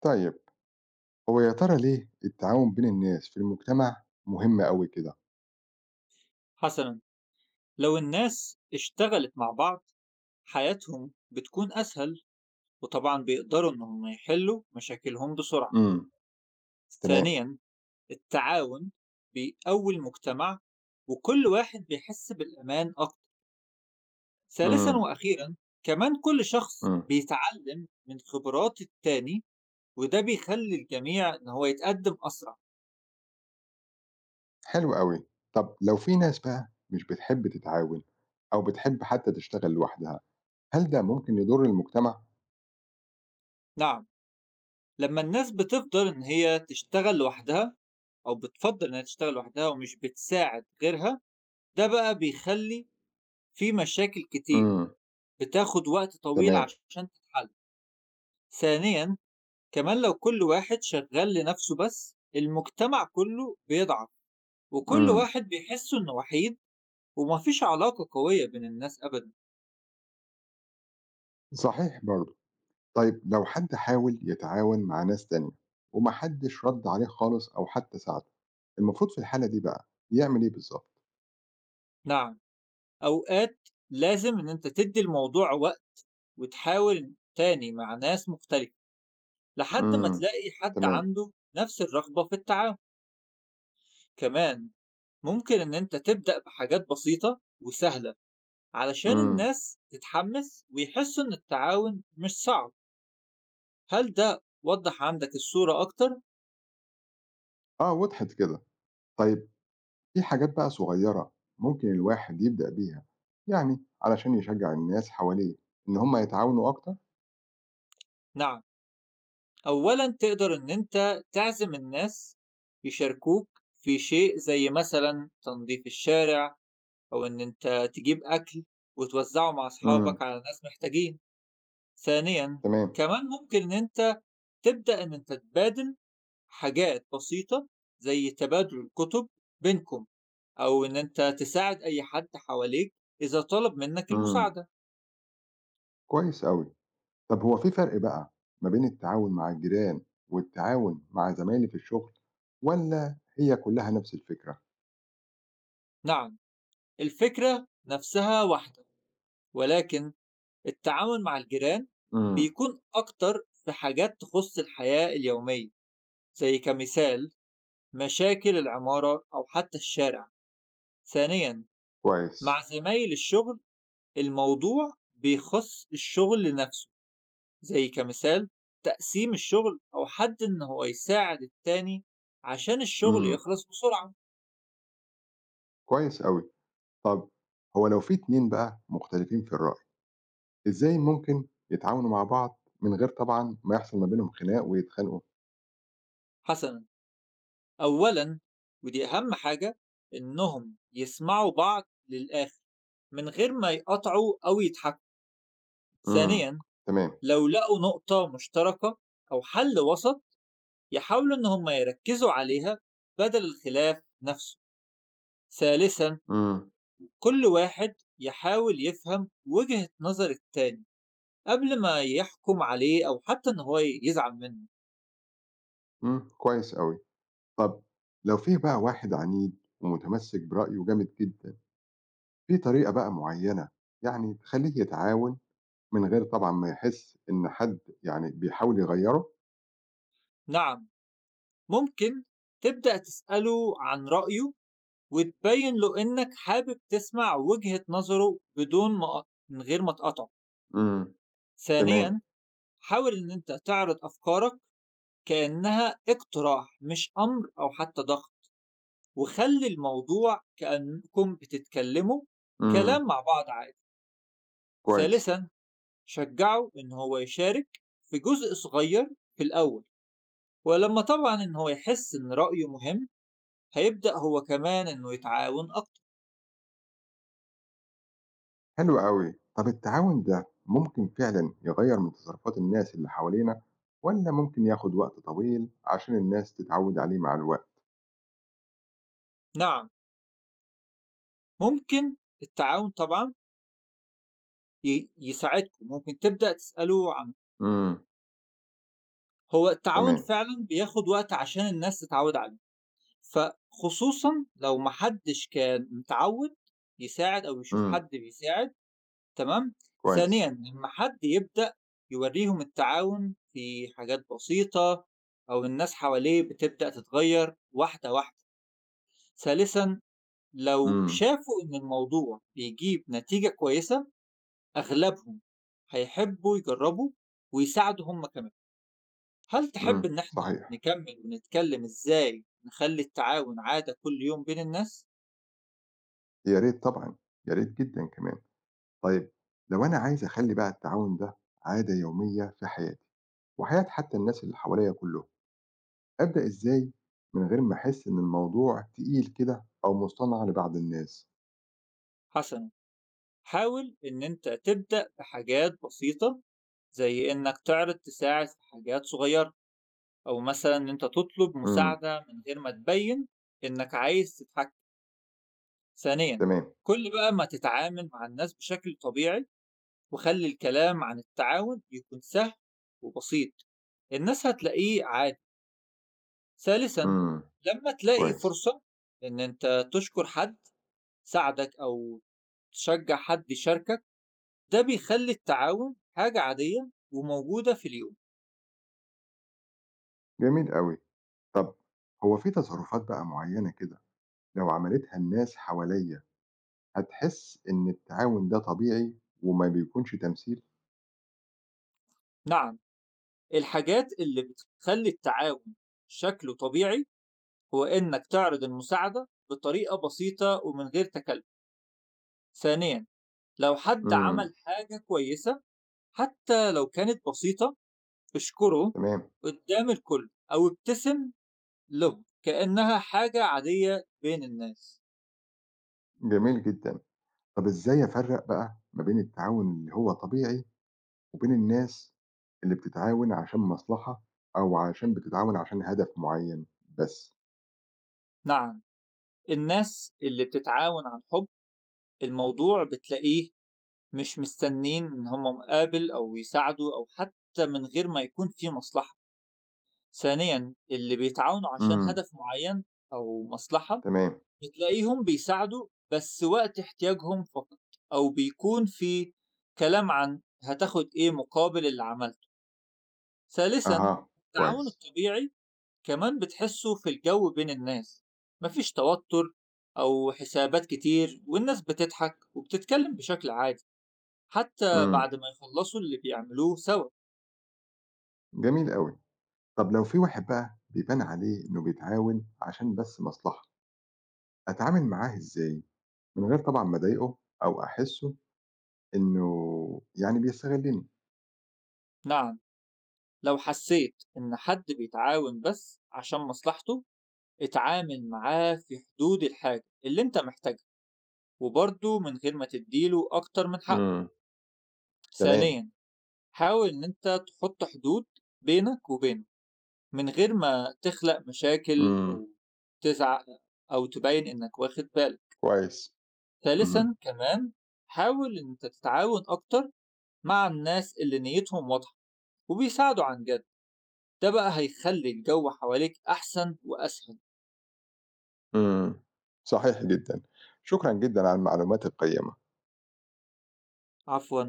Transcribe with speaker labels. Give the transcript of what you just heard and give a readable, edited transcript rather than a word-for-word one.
Speaker 1: طيب، هو يا ترى ليه التعاون بين الناس في المجتمع مهم أوي كده؟
Speaker 2: حسنا، لو الناس اشتغلت مع بعض حياتهم بتكون أسهل، وطبعا بيقدروا إنهم يحلوا مشاكلهم بسرعة.
Speaker 1: إمم، تمام.
Speaker 2: ثانيا، التعاون بيقوي المجتمع وكل واحد بيحس بالأمان أكتر. ثالثا
Speaker 1: إمم،
Speaker 2: وأخيرا، كمان كل شخص
Speaker 1: إمم،
Speaker 2: بيتعلم من خبرات التاني، وده بيخلي الجميع إن هو يتقدم أسرع.
Speaker 1: حلو أوي. طب لو في ناس بقى مش بتحب تتعاون أو بتحب حتى تشتغل لوحدها، هل ده ممكن يضر المجتمع؟
Speaker 2: نعم، لما الناس بتفضل إن هي تشتغل لوحدها أو بتفضل إنها تشتغل لوحدها ومش بتساعد غيرها، ده بقى بيخلّي في مشاكل كتير
Speaker 1: إمم،
Speaker 2: بتاخد وقت طويل
Speaker 1: تمام.
Speaker 2: عشان تتحل. ثانيًا، كمان لو كل واحد شغّال لنفسه بس، المجتمع كُلّه بيضعف وكل
Speaker 1: إمم،
Speaker 2: واحد بيحس إنه وحيد وما فيش علاقة قوية بين الناس أبدًا.
Speaker 1: صحيح برضه. طيب لو حد حاول يتعاون مع ناس تانية وما حدش رد عليه خالص أو حتى ساعده، المفروض في الحالة دي بقى يعمل إيه بالضبط؟
Speaker 2: نعم، أوقات لازم إن أنت تدّي الموضوع وقت وتحاول تاني مع ناس مختلفة لحد ما
Speaker 1: إمم،
Speaker 2: تلاقي حد
Speaker 1: تمام.
Speaker 2: عنده نفس الرغبة في التعاون. كمان ممكن إن أنت تبدأ بحاجات بسيطة وسهلة، علشان
Speaker 1: إمم،
Speaker 2: الناس تتحمس ويحسوا إن التعاون مش صعب. هل ده وضح عندك الصورة أكتر؟
Speaker 1: آه، وضحت كده. طيب في حاجات بقى صغيرة ممكن الواحد يبدأ بيها، يعني علشان يشجع الناس حواليه إن هم يتعاونوا أكتر؟
Speaker 2: نعم، أولا تقدر إن أنت تعزم الناس يشاركوك في شيء زي مثلا تنظيف الشارع، أو إن أنت تجيب أكل وتوزعه مع أصحابك
Speaker 1: امم
Speaker 2: على ناس محتاجين. ثانيا،
Speaker 1: تمام.
Speaker 2: كمان ممكن إن أنت تبدأ إن أنت تبادل حاجات بسيطة زي تبادل الكتب بينكم، أو إن أنت تساعد أي حد حواليك إذا طلب منك
Speaker 1: امم
Speaker 2: المساعدة.
Speaker 1: كويس أوي. طب هو في فرق بقى ما بين التعاون مع الجيران والتعاون مع زمايلي في الشغل، ولا هي كلها نفس الفكرة؟
Speaker 2: نعم، الفكرة نفسها واحدة، ولكن التعامل مع الجيران
Speaker 1: امم
Speaker 2: بيكون أكتر في حاجات تخص الحياة اليومية، زي كمثال مشاكل العمارة أو حتى الشارع. ثانيا، مع
Speaker 1: كويس.
Speaker 2: زمايل الشغل الموضوع بيخص الشغل نفسه، زي كمثال تقسيم الشغل أو حد إن هو يساعد التاني عشان الشغل
Speaker 1: امم
Speaker 2: يخلص بسرعة.
Speaker 1: كويس أوي. طب هو لو في اتنين بقى مختلفين في الرأي، إزاي ممكن يتعاونوا مع بعض من غير طبعا ما يحصل ما بينهم خناق ويتخانقوا؟
Speaker 2: حسنا، أولًا، ودي أهم حاجة، إنهم يسمعوا بعض للآخر من غير ما يقاطعوا أو يضحكوا.
Speaker 1: امم
Speaker 2: ثانيًا،
Speaker 1: تمام.
Speaker 2: لو لقوا نقطة مشتركة أو حل وسط يحاولوا إن هم يركزوا عليها بدل الخلاف نفسه. ثالثًا،
Speaker 1: إمم،
Speaker 2: كل واحد يحاول يفهم وجهة نظر التاني قبل ما يحكم عليه أو حتى إن هو يزعل منه.
Speaker 1: إمم، كويس أوي. طَب لو في بقى واحد عنيد ومتمسك برأيه جامد جدًا، في طريقة بقى معيّنة، يعني تخلّيه يتعاون من غير طبعًا ما يحس إن حد يعني بيحاول يغيّره؟
Speaker 2: نعم، ممكن تبدأ تسأله عن رأيه وتبين له إنك حابب تسمع وجهة نظره بدون ما من غير ما تقاطعه.
Speaker 1: إمم، تمام.
Speaker 2: ثانيًا، حاول إن أنت تعرض أفكارك كأنها اقتراح مش أمر أو حتى ضغط، وخلي الموضوع كأنكم بتتكلموا
Speaker 1: إمم،
Speaker 2: كلام مع بعض عادي.
Speaker 1: كويس.
Speaker 2: ثالثًا، شجعه إن هو يشارك في جزء صغير في الأول، ولما طبعًا إن هو يحس إن رأيه مهم هيبدأ هو كمان إنه يتعاون أكتر.
Speaker 1: حلو أوي. طَب التعاون ده ممكن فعلًا يغيّر من تصرفات الناس اللي حوالينا، والّا ممكن ياخد وقت طويل عشان الناس تتعوّد عليه مع الوقت؟
Speaker 2: نعم، ممكن التعاون طبعًا يساعدكم. ممكن تبدأ تسأله عن،
Speaker 1: إمم،
Speaker 2: هو التعاون
Speaker 1: تمام.
Speaker 2: فعلا بياخد وقت عشان الناس تتعود عليه، فخصوصا لو محدش كان متعود يساعد أو يشوف
Speaker 1: إمم،
Speaker 2: حد بيساعد. تمام. ثانيا،
Speaker 1: كويس.
Speaker 2: لما حد يبدأ يوريهم التعاون في حاجات بسيطة، أو الناس حواليه بتبدأ تتغير واحدة واحدة. ثالثا، لو
Speaker 1: إمم،
Speaker 2: شافوا إن الموضوع بيجيب نتيجة كويسة أغلبهم هيحبوا يجربوا ويساعدوا هم كمان. هل تحب
Speaker 1: إمم،
Speaker 2: إن إحنا
Speaker 1: صحيح.
Speaker 2: نكمل ونتكلم إزاي نخلي التعاون عادة كل يوم بين الناس؟
Speaker 1: يا ريت طبعًا، يا ريت جدًا كمان. طيب لو أنا عايز أخلّي بقى التعاون ده عادة يومية في حياتي، وحياة حتى الناس اللي حواليّا كلّهم، أبدأ إزاي من غير ما أحس إن الموضوع تقيل كده أو مصطنع لبعض الناس؟
Speaker 2: حسنا، حاول إن أنت تبدأ بحاجات بسيطة زي إنك تعرض تساعد في حاجات صغيرة، أو مثلا إن أنت تطلب
Speaker 1: إمم،
Speaker 2: مساعدة من غير ما تبين إنك عايز تتحكم. ثانيا،
Speaker 1: تمام.
Speaker 2: كل بقى ما تتعامل مع الناس بشكل طبيعي وخلي الكلام عن التعاون يكون سهل وبسيط، الناس هتلاقيه عادي. ثالثًا،
Speaker 1: إمم،
Speaker 2: لمّا تلاقي
Speaker 1: كويس.
Speaker 2: فرصة إن أنت تشكر حد ساعدك أو تشجّع حد يشاركك، ده بيخلّي التعاون حاجة عادية وموجودة في اليوم.
Speaker 1: جميل أوي. طب هو في تصرفات بقى معيّنة كده لو عملتها الناس حواليّا هتحس إن التعاون ده طبيعي وما بيكونش تمثيل؟
Speaker 2: نعم، الحاجات اللي بتخلّي التعاون شكله طبيعي هو إنك تعرض المساعدة بطريقة بسيطة ومن غير تكلُّف. ثانيًا، لو حد
Speaker 1: إمم،
Speaker 2: عمل حاجة كويسة حتى لو كانت بسيطة، اشكره
Speaker 1: تمام.
Speaker 2: قدّام الكل أو ابتسم لب كأنها حاجة عادية بين الناس.
Speaker 1: جميل جدًا. طب إزاي أفرّق بقى ما بين التعاون اللي هو طبيعي، وبين الناس اللي بتتعاون عشان مصلحة، أو عشان بتتعاون عشان هدف معيّن بس؟
Speaker 2: نعم، الناس اللي بتتعاون عن حب الموضوع بتلاقيه مش مستنين إن هم مقابل أو يساعدوا أو حتى من غير ما يكون في مصلحة. ثانيا، اللي بيتعاونوا عشان
Speaker 1: إمم،
Speaker 2: هدف معين أو مصلحة
Speaker 1: تمام.
Speaker 2: بتلاقيهم بيساعدوا بس وقت احتياجهم فقط، أو بيكون في كلام عن هتاخد إيه مقابل اللي عملته. ثالثا،
Speaker 1: أها،
Speaker 2: التعاون
Speaker 1: كويس.
Speaker 2: الطبيعي كمان بتحسوا في الجو بين الناس مفيش توتر أو حسابات كتير، والناس بتضحك وبتتكلم بشكل عادي حتى
Speaker 1: إمم،
Speaker 2: بعد ما يخلصوا اللي بيعملوه سوا.
Speaker 1: جميل أوي. طب لو في واحد بقى بيبان عليه إنه بيتعاون عشان بس مصلحة، أتعامل معاه إزاي من غير طبعًا ما أضايقه أو أحسّه إنه يعني بيستغلني؟
Speaker 2: نعم، لو حسيت إن حد بيتعاون بس عشان مصلحته اتعامل معاه في حدود الحاجة اللي انت محتاجها، وبرضه من غير ما تديله أكتر من حقه.
Speaker 1: إمم، تمام.
Speaker 2: ثانيا، حاول إن انت تحط حدود بينك وبينه من غير ما تخلق مشاكل
Speaker 1: إمم،
Speaker 2: أو تزعق أو تبين إنك واخد بالك.
Speaker 1: كويس. اهم.
Speaker 2: ثالثا، كمان حاول إن أنت تتعاون أكتر مع الناس اللي نيتهم واضحة وبيساعدوا عن جد، ده بقى هيخلي الجو حواليك أحسن وأسهل.
Speaker 1: إمم، صحيح جدًا. شكرًا جدًا على المعلومات القيّمة.
Speaker 2: عفوا.